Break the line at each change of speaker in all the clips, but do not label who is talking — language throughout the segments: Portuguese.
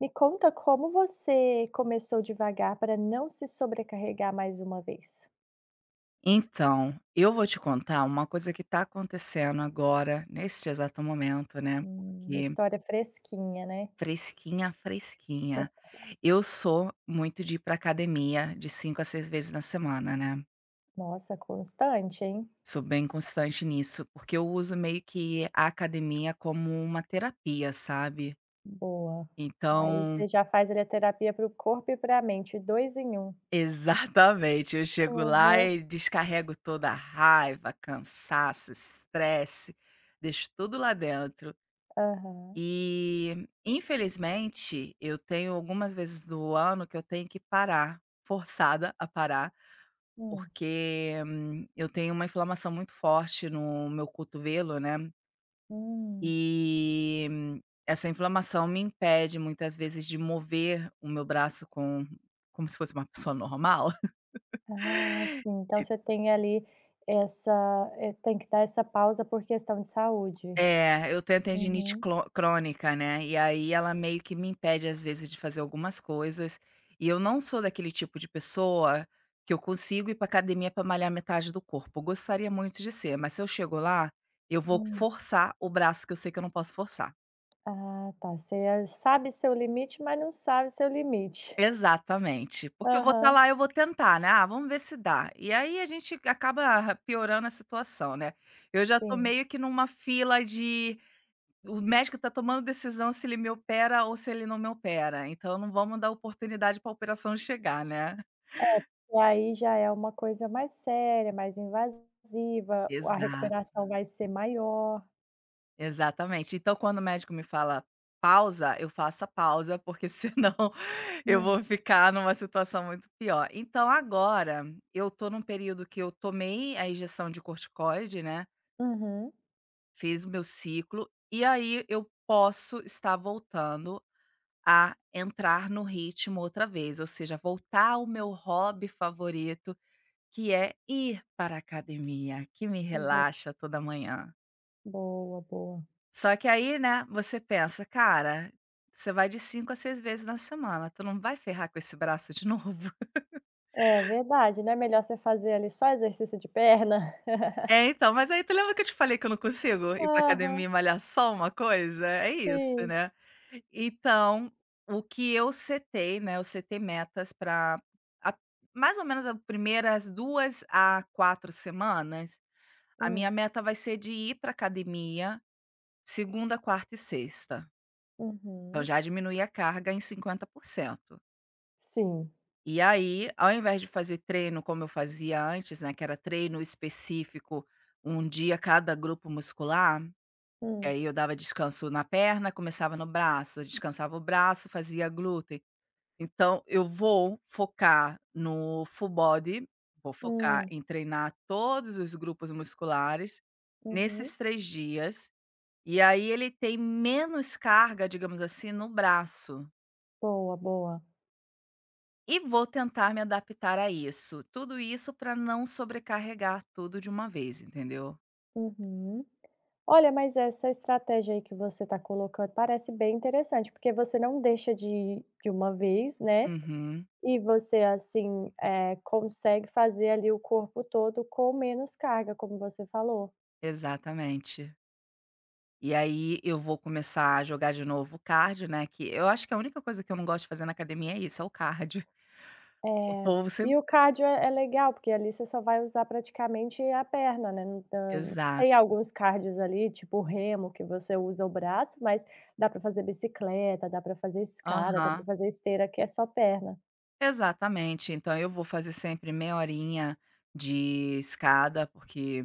Me conta como você começou devagar para não se sobrecarregar mais uma vez?
Então, eu vou te contar uma coisa que tá acontecendo agora, neste exato momento, né,
Uma
porque
história fresquinha, né?
fresquinha, fresquinha. Eu sou muito de ir pra academia de 5 a 6 vezes na semana, né.
Nossa, constante, hein?
Sou bem constante nisso, porque eu uso meio que a academia como uma terapia, sabe.
Boa. Aí
Então
você já faz ali a terapia para o corpo e para a mente, 2 em um.
exatamente, eu chego lá
Aham,
e descarrego toda a raiva, cansaço, estresse, deixo tudo lá dentro.
aham.
E, infelizmente, eu tenho algumas vezes do ano que eu tenho que parar, forçada a parar,
Hum,
porque, eu tenho uma inflamação muito forte no meu cotovelo, né,
hum.
e essa inflamação me impede muitas vezes de mover o meu braço como se fosse uma pessoa normal.
Ah, sim, então você tem ali essa tem que dar essa pausa por questão de saúde.
É, eu tenho tendinite
Uhum,
clo crônica, né, e aí ela meio que me impede, às vezes, de fazer algumas coisas, e eu não sou daquele tipo de pessoa que eu consigo ir pra academia pra malhar metade do corpo, eu gostaria muito de ser, mas se eu chego lá, eu vou
hum.
forçar o braço que eu sei que eu não posso forçar.
Ah, tá, você sabe seu limite, mas não sabe seu limite.
Exatamente, porque eu vou estar
Aham,
lá, eu vou tentar, né, "Ah, vamos ver se dá", e aí a gente acaba piorando a situação, né. Eu já tô
sim.
meio que numa fila de. O médico está tomando decisão se ele me opera ou se ele não me opera, então não vamos dar oportunidade para a operação chegar, né.
E aí já é uma coisa mais séria, mais invasiva, a
Exato,
recuperação vai ser maior.
exatamente. Então quando o médico me fala: "Pausa", eu faço a pausa, porque senão eu
Hum,
vou ficar numa situação muito pior. Então agora eu tô num período que eu tomei a injeção de corticoide, né,
uhum.
fiz o meu ciclo, e aí eu posso estar voltando a entrar no ritmo outra vez, ou seja, voltar ao meu hobby favorito, que é ir para a academia, que me
Bo
relaxa toda manhã.
boa, boa.
Só que aí, né, você pensa: "Cara, você vai de 5 a 6 vezes na semana, tu não vai ferrar com esse braço de novo?"
É verdade, não é melhor você fazer ali só exercício de perna?
É, então, mas aí tu lembra que eu te falei que eu não consigo ir pra
Aham,
academia e malhar só uma coisa? É isso,
sim.
né. Então, o que eu setei, né, eu setei metas para mais ou menos as primeiras 2 a 4 semanas, a minha
Hum,
meta vai ser de ir pra academia segunda, quarta e sexta. Então
uhum.
já diminuí a carga em 50%.
Sim.
E aí, ao invés de fazer treino como eu fazia antes, né, que era treino específico, um dia cada grupo muscular. E
Hum,
aí eu dava descanso na perna, começava no braço, descansava o braço, fazia glúten. Então eu vou focar no full body, vou focar
hum,
em treinar todos os grupos musculares
uhum.
nesses 3 dias, e aí ele tem menos carga, digamos assim, no braço.
Boa, boa.
E vou tentar me adaptar a isso. Tudo isso para não sobrecarregar tudo de uma vez, entendeu?
Uhum. Olha, mas essa estratégia aí que você está colocando parece bem interessante, porque você não deixa de uma vez, né.
Uhum,
E você, assim, consegue fazer ali o corpo todo com menos carga, como você falou.
exatamente. E aí eu vou começar a jogar de novo o cardio, né, que eu acho que a única coisa que eu não gosto de fazer na academia é isso, é o cardio. O
É.
povo sempre
E o cardio é legal, porque ali você só vai usar praticamente a perna, né, não tan
exato.
tem alguns cardios ali, tipo o remo, que você usa o braço, mas dá pra fazer bicicleta, dá pra fazer escada, dá pra
Aham.
fazer esteira, que é só perna.
Exatamente. Então eu vou fazer sempre meia horinha de escada, porque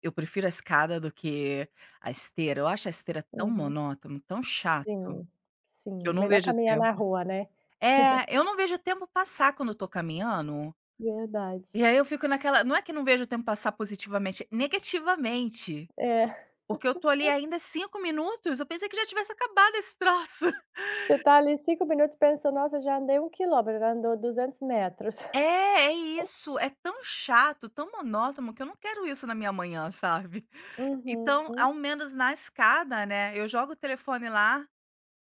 eu prefiro a escada do que a esteira. Eu acho a esteira tão
Uhum.
monótono, tão chato,
Sim, sim,
que eu não
melhor
vejo
caminhar na
tempo.
rua, né.
É, eu não vejo o tempo passar quando eu tô caminhando,
Verdade.
e aí eu fico naquela não é que não vejo o tempo passar positivamente, negativamente.
É,
Porque eu tô ali ainda 5 minutos, eu pensei que já tivesse acabado esse troço.
você tá ali 5 minutos pensando: "Nossa, já andei um quilômetro, já andou 200 metros".
É, é isso. É tão chato, tão monótono, que eu não quero isso na minha manhã, sabe. Então,
Uhum,
ao menos na escada, né, eu jogo o telefone lá,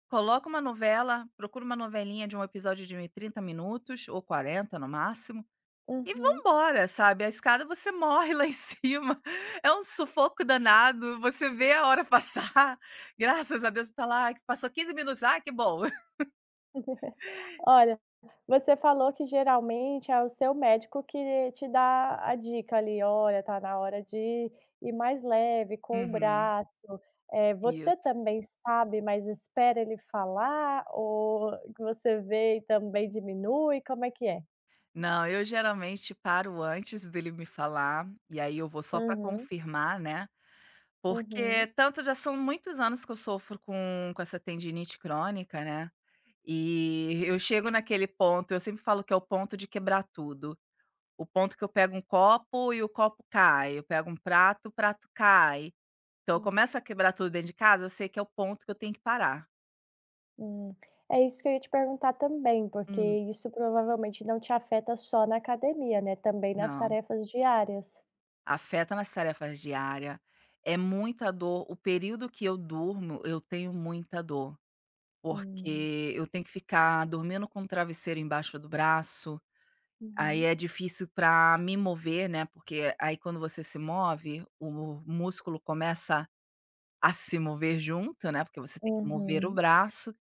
coloco uma novela, procuro uma novelinha de um episódio de 30 minutos ou 40 no máximo, e
uhum.
vambora, sabe. A escada você morre lá em cima, é um sufoco danado, você vê a hora passar, graças a Deus, você tá lá: que "Passou 15 minutos, ah, que bom".
Olha, você falou que geralmente é o seu médico que te dá a dica ali: "Olha, tá na hora de ir mais leve com o
Uhum.
braço". Você
Isso.
também sabe, mas espera ele falar ou que você vê e também diminui, como é que é?
Não, eu geralmente paro antes dele me falar, e aí eu vou só para
Uhum.
confirmar, né, porque
Uhum.
tanto já são muitos anos que eu sofro com essa tendinite crônica, né, e eu chego naquele ponto eu sempre falo que é o ponto de quebrar tudo. O ponto que eu pego um copo e o copo cai, eu pego um prato, o prato cai. Então eu
Hum,
começo a quebrar tudo dentro de casa, eu sei que é o ponto que eu tenho que parar.
hum. É isso que eu ia te perguntar também, porque
Hum,
isso provavelmente não te afeta só na academia, né, também nas
não.
tarefas diárias.
Afeta nas tarefas diárias, é muita dor. O período que eu durmo, eu tenho muita dor,
Hum,
porque eu tenho que ficar dormindo com o travesseiro embaixo do braço, aí
uhum.
é difícil para me mover, né, porque aí quando você se move, o músculo começa a se mover junto, né, porque você tem que mover o
Uhum.
braço,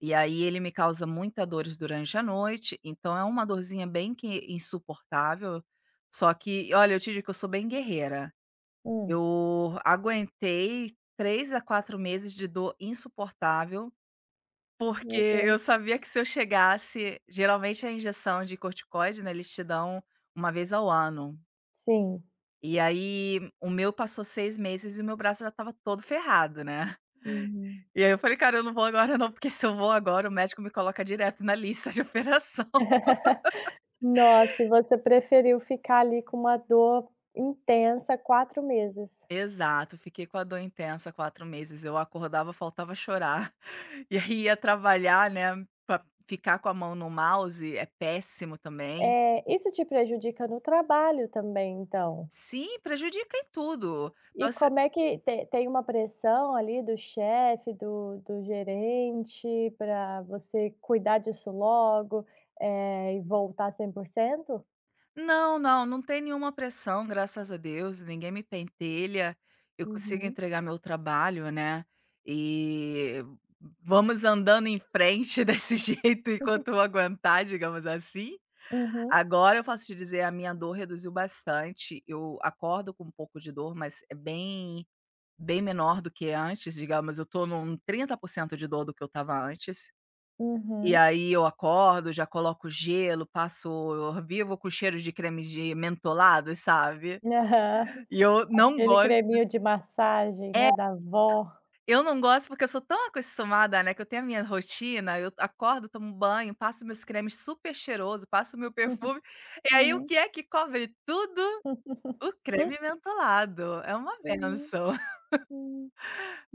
e aí ele me causa muita dores durante a noite, então é uma dorzinha bem que insuportável, só que olha, eu te digo que eu sou bem guerreira.
Hum,
Eu aguentei 3 a 4 meses de dor insuportável, porque
meu
eu
Deus.
sabia que se eu chegasse geralmente a injeção de corticoide, né, eles te dão uma vez ao ano.
Sim.
E aí o meu passou 6 meses e o meu braço já estava todo ferrado, né.
Uhum.
E aí eu falei: "Cara, eu não vou agora não, porque se eu vou agora o médico me coloca direto na lista de operação".
Nossa, e você preferiu ficar ali com uma dor intensa 4 meses.
Exato, fiquei com a dor intensa 4 meses, eu acordava, faltava chorar. E aí ia trabalhar, né, pra ficar com a mão no mouse é péssimo também.
É isso te prejudica no trabalho também, então?
Sim, prejudica em tudo.
E
Pra você
como é que te tem uma pressão ali do chefe, do gerente para você cuidar disso logo, e voltar 100%?
não, não, não tem nenhuma pressão, graças a Deus, ninguém me pentelha, eu consigo
Uhum.
entregar meu trabalho, né, e vamos andando em frente desse jeito enquanto eu aguentar, digamos assim.
Uhum,
Agora eu posso te dizer, a minha dor reduziu bastante, eu acordo com um pouco de dor, mas é bem bem menor do que antes, digamos, eu estou num 30% de dor do que eu estava antes. E
uhum.
aí eu acordo, já coloco gelo, passo eu vivo com cheiro de creme de mentolado, sabe.
Aham.
E eu não
Aquele
gosto
creminho de massagem,
é,
né, da vó.
eu não gosto porque eu sou tão acostumada, né, que eu tenho a minha rotina, eu acordo, tomo banho, passo meus cremes super cheiroso, passo meu perfume, e aí o
Uhum.
que é que cobre tudo? O creme mentolado, é uma
Uhum.
benção.
Uhum.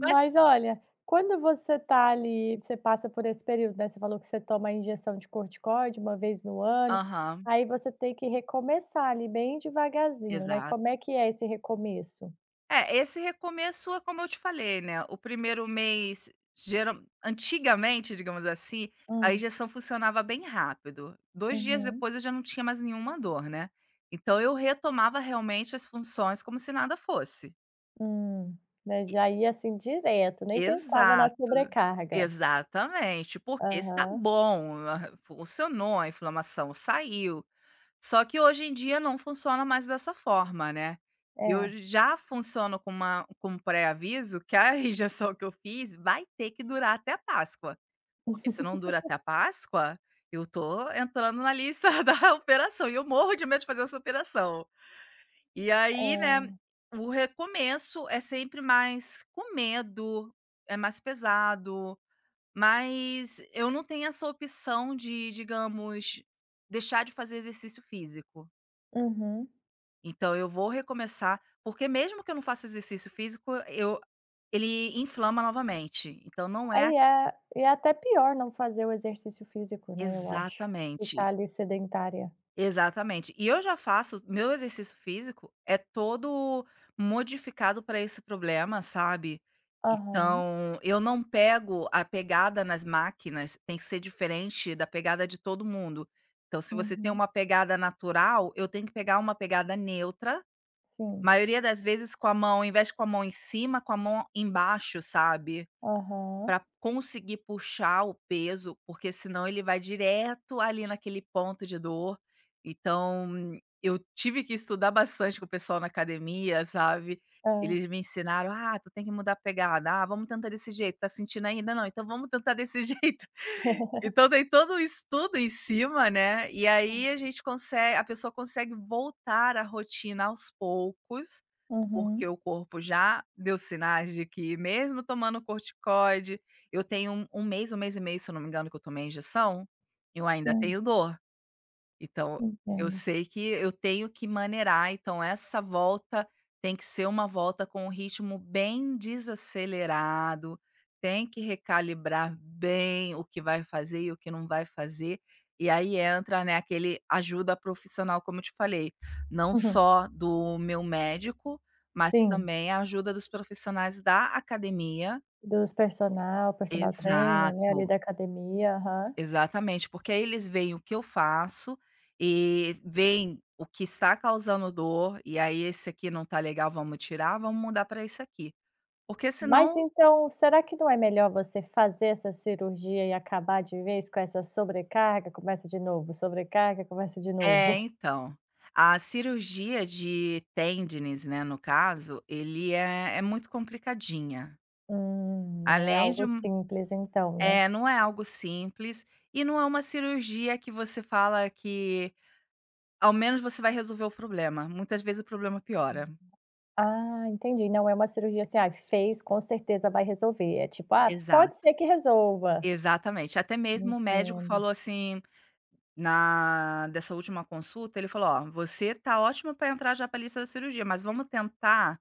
Mas
olha, quando você tá ali você passa por esse período, né, você falou que você toma a injeção de corticoide uma vez no ano,
aham,
aí você tem que recomeçar ali bem devagarzinho, né, como é
exato.
que é esse recomeço?
É, esse recomeço é como eu te falei, né, o primeiro mês geral antigamente, digamos assim, a
Hum,
injeção funcionava bem rápido. 2 dias
uhum,
depois eu já não tinha mais nenhuma dor, né. Então eu retomava realmente as funções como se nada fosse.
hum. Né,
E
já ia assim direto, nem pensava na
exato,
sobrecarga.
exatamente, porque está
Aham,
bom, ah, funcionou, a inflamação saiu. Só que hoje em dia não funciona mais dessa forma, né.
é.
Eu
É,
já funciono com uma com um pré-aviso que a rejeição que eu fiz vai ter que durar até a Páscoa, porque se não dura até a Páscoa, eu tô entrando na lista da operação e eu morro de medo de fazer essa operação. E aí, né, o recomeço é sempre mais com medo, é mais pesado, mas eu não tenho essa opção de, digamos, deixar de fazer exercício físico.
uhum.
Então eu vou recomeçar, porque mesmo que eu não faça exercício físico, eu ele inflama novamente. Então não é
Aí é, e é até pior não fazer o exercício físico, né, eu acho,
exatamente,
ficar ali sedentária.
exatamente. E eu já faço meu exercício físico é todo modificado para esse problema, sabe.
Aham,
Então eu não pego a pegada nas máquinas, tem que ser diferente da pegada de todo mundo. Então se você tem
uhum.
uma pegada natural, eu tenho que pegar uma pegada neutra.
Sim.
Maioria das vezes com a mão, ao invés de com a mão em cima, com a mão embaixo, sabe,
Aham.
pra conseguir puxar o peso, porque senão ele vai direto ali naquele ponto de dor. Então, eu tive que estudar bastante com o pessoal na academia, sabe.
Hã. Hum.
Eles me ensinaram: "Ah, tu tem que mudar a pegada. Ah, vamos tentar desse jeito. Tá sentindo ainda? Não, então vamos tentar desse jeito". Então tem todo um estudo em cima, né, e aí a gente consegue a pessoa consegue voltar à rotina aos poucos, porque
Uhum.
o corpo já deu sinais de que mesmo tomando corticoide eu tenho um mês, um mês e meio, se eu não me engano, que eu tomei a injeção, eu ainda
Hum,
tenho dor. Então, eu
entendo.
sei que eu tenho que maneirar, então essa volta tem que ser uma volta com um ritmo bem desacelerado, tem que recalibrar bem o que vai fazer e o que não vai fazer. E aí entra, né, aquele ajuda profissional, como eu te falei, não
Uhum.
só do meu médico, mas
Sim,
também a ajuda dos profissionais da academia.
dos personal trainer, né, ali
Exato.
da academia. Aham.
Exatamente, porque aí eles veem o que eu faço e veem o que está causando dor, e aí esse aqui não tá legal, vamos tirar, vamos mudar para esse aqui. Porque
Mas
senão
então, será que não é melhor você fazer essa cirurgia e acabar de vez com essa sobrecarga? Começa de novo, sobrecarga, começa de novo.
é, então, a cirurgia de tendines, né, no caso, ele é muito complicadinha.
Não é
Além de
algo
um
simples então, né?
é, não é algo simples e não é uma cirurgia que você fala que ao menos você vai resolver o problema, muitas vezes o problema piora.
Ah, entendi. Não é uma cirurgia assim: "Ai, fez, com certeza vai resolver". É tipo: "Ah, pode
Exato.
ser que resolva".
Exatamente. Até mesmo o médico
Entendo.
falou assim, na dessa última consulta, ele falou: "Ó, você tá ótima para entrar já pra lista da cirurgia, mas vamos tentar".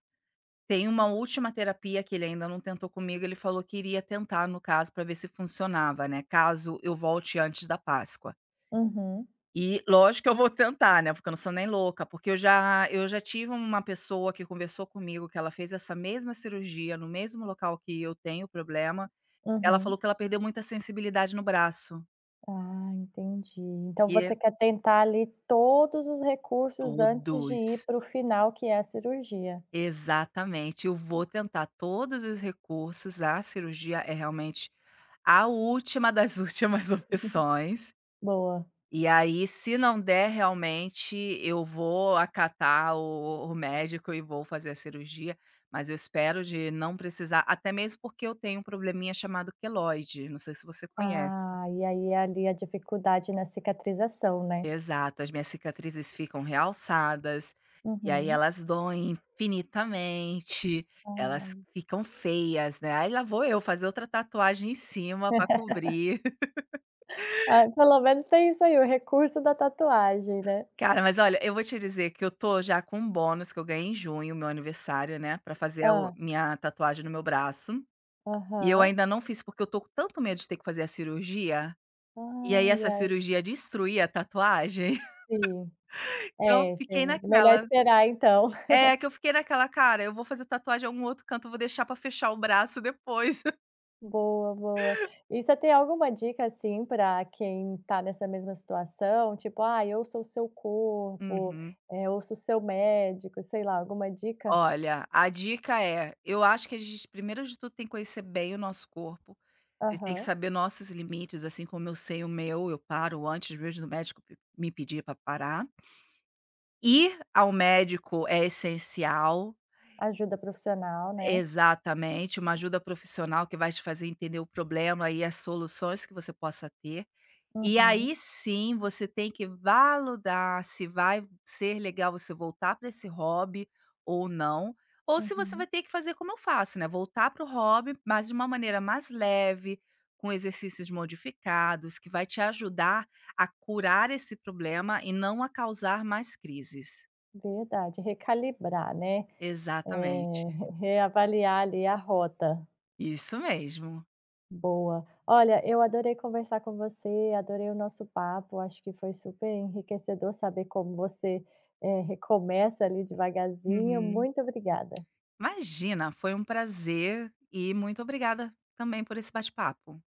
Tem uma última terapia que ele ainda não tentou comigo, ele falou que iria tentar no caso para ver se funcionava, né, caso eu volte antes da Páscoa.
Uhum,
E lógico que eu vou tentar, né, porque eu não sou nem louca, porque eu já tive uma pessoa que conversou comigo que ela fez essa mesma cirurgia no mesmo local que eu tenho problema, ela falou
uhum.
que ela perdeu muita sensibilidade no braço,
Ah, entendi. Então
e
você quer tentar ali todos os recursos antes de ir
Todos,
para o final, que é a cirurgia.
exatamente. Eu vou tentar todos os recursos, a cirurgia é realmente a última das últimas opções.
Boa.
E aí, se não der realmente, eu vou acatar o médico e vou fazer a cirurgia, mas eu espero de não precisar, até mesmo porque eu tenho um probleminha chamado queloide, não sei se você conhece.
Ah, e aí é ali a dificuldade na cicatrização, né.
Exato, as minhas cicatrizes ficam realçadas, e aí
Uhum.
elas doem infinitamente, elas
Ai.
ficam feias, né, aí lá vou eu fazer outra tatuagem em cima pra cobrir.
Ah, pelo menos tem isso aí, o recurso da tatuagem, né.
Cara, mas olha, eu vou te dizer que eu tô já com um bônus que eu ganhei em junho, meu aniversário, né, pra fazer a o
Ah.
minha tatuagem no meu braço, e eu
Aham.
ainda não fiz porque eu tô com tanto medo de ter que fazer a cirurgia, e aí
Ai,
essa
ai,
cirurgia destruir a tatuagem,
sim.
eu
É,
fiquei
tem melhor
naquela.
esperar então.
É, que eu fiquei naquela: "Cara, eu vou fazer tatuagem em algum outro canto, eu vou deixar pra fechar o braço depois".
Boa, boa. E você tem alguma dica, assim, para quem está nessa mesma situação? Tipo: "Ai, ouça o seu corpo,
Uhum.
ouça o seu médico", sei lá, alguma dica?
Olha, a dica é, eu acho que a gente primeiro de tudo tem que conhecer bem o nosso corpo, a gente tem que
Aham.
saber nossos limites, assim como eu sei o meu, eu paro antes mesmo do médico p me pedir para parar. Ir ao médico é essencial
Ajuda profissional, né.
exatamente, uma ajuda profissional que vai te fazer entender o problema e as soluções que você possa ter. E
Uhum,
aí sim, você tem que validar se vai ser legal você voltar para esse hobby ou não, ou se você vai
uhum.
ter que fazer como eu faço, né, voltar para o hobby, mas de uma maneira mais leve, com exercícios modificados, que vai te ajudar a curar esse problema e não a causar mais crises.
Verdade, recalibrar, né. Eh,
Exatamente,
reavaliar ali a rota.
isso mesmo.
Boa. Olha, eu adorei conversar com você, adorei o nosso papo, acho que foi super enriquecedor saber como você, recomeça ali devagarzinho.
Uhum.
Muito obrigada.
Imagina, foi um prazer e muito obrigada também por esse bate-papo.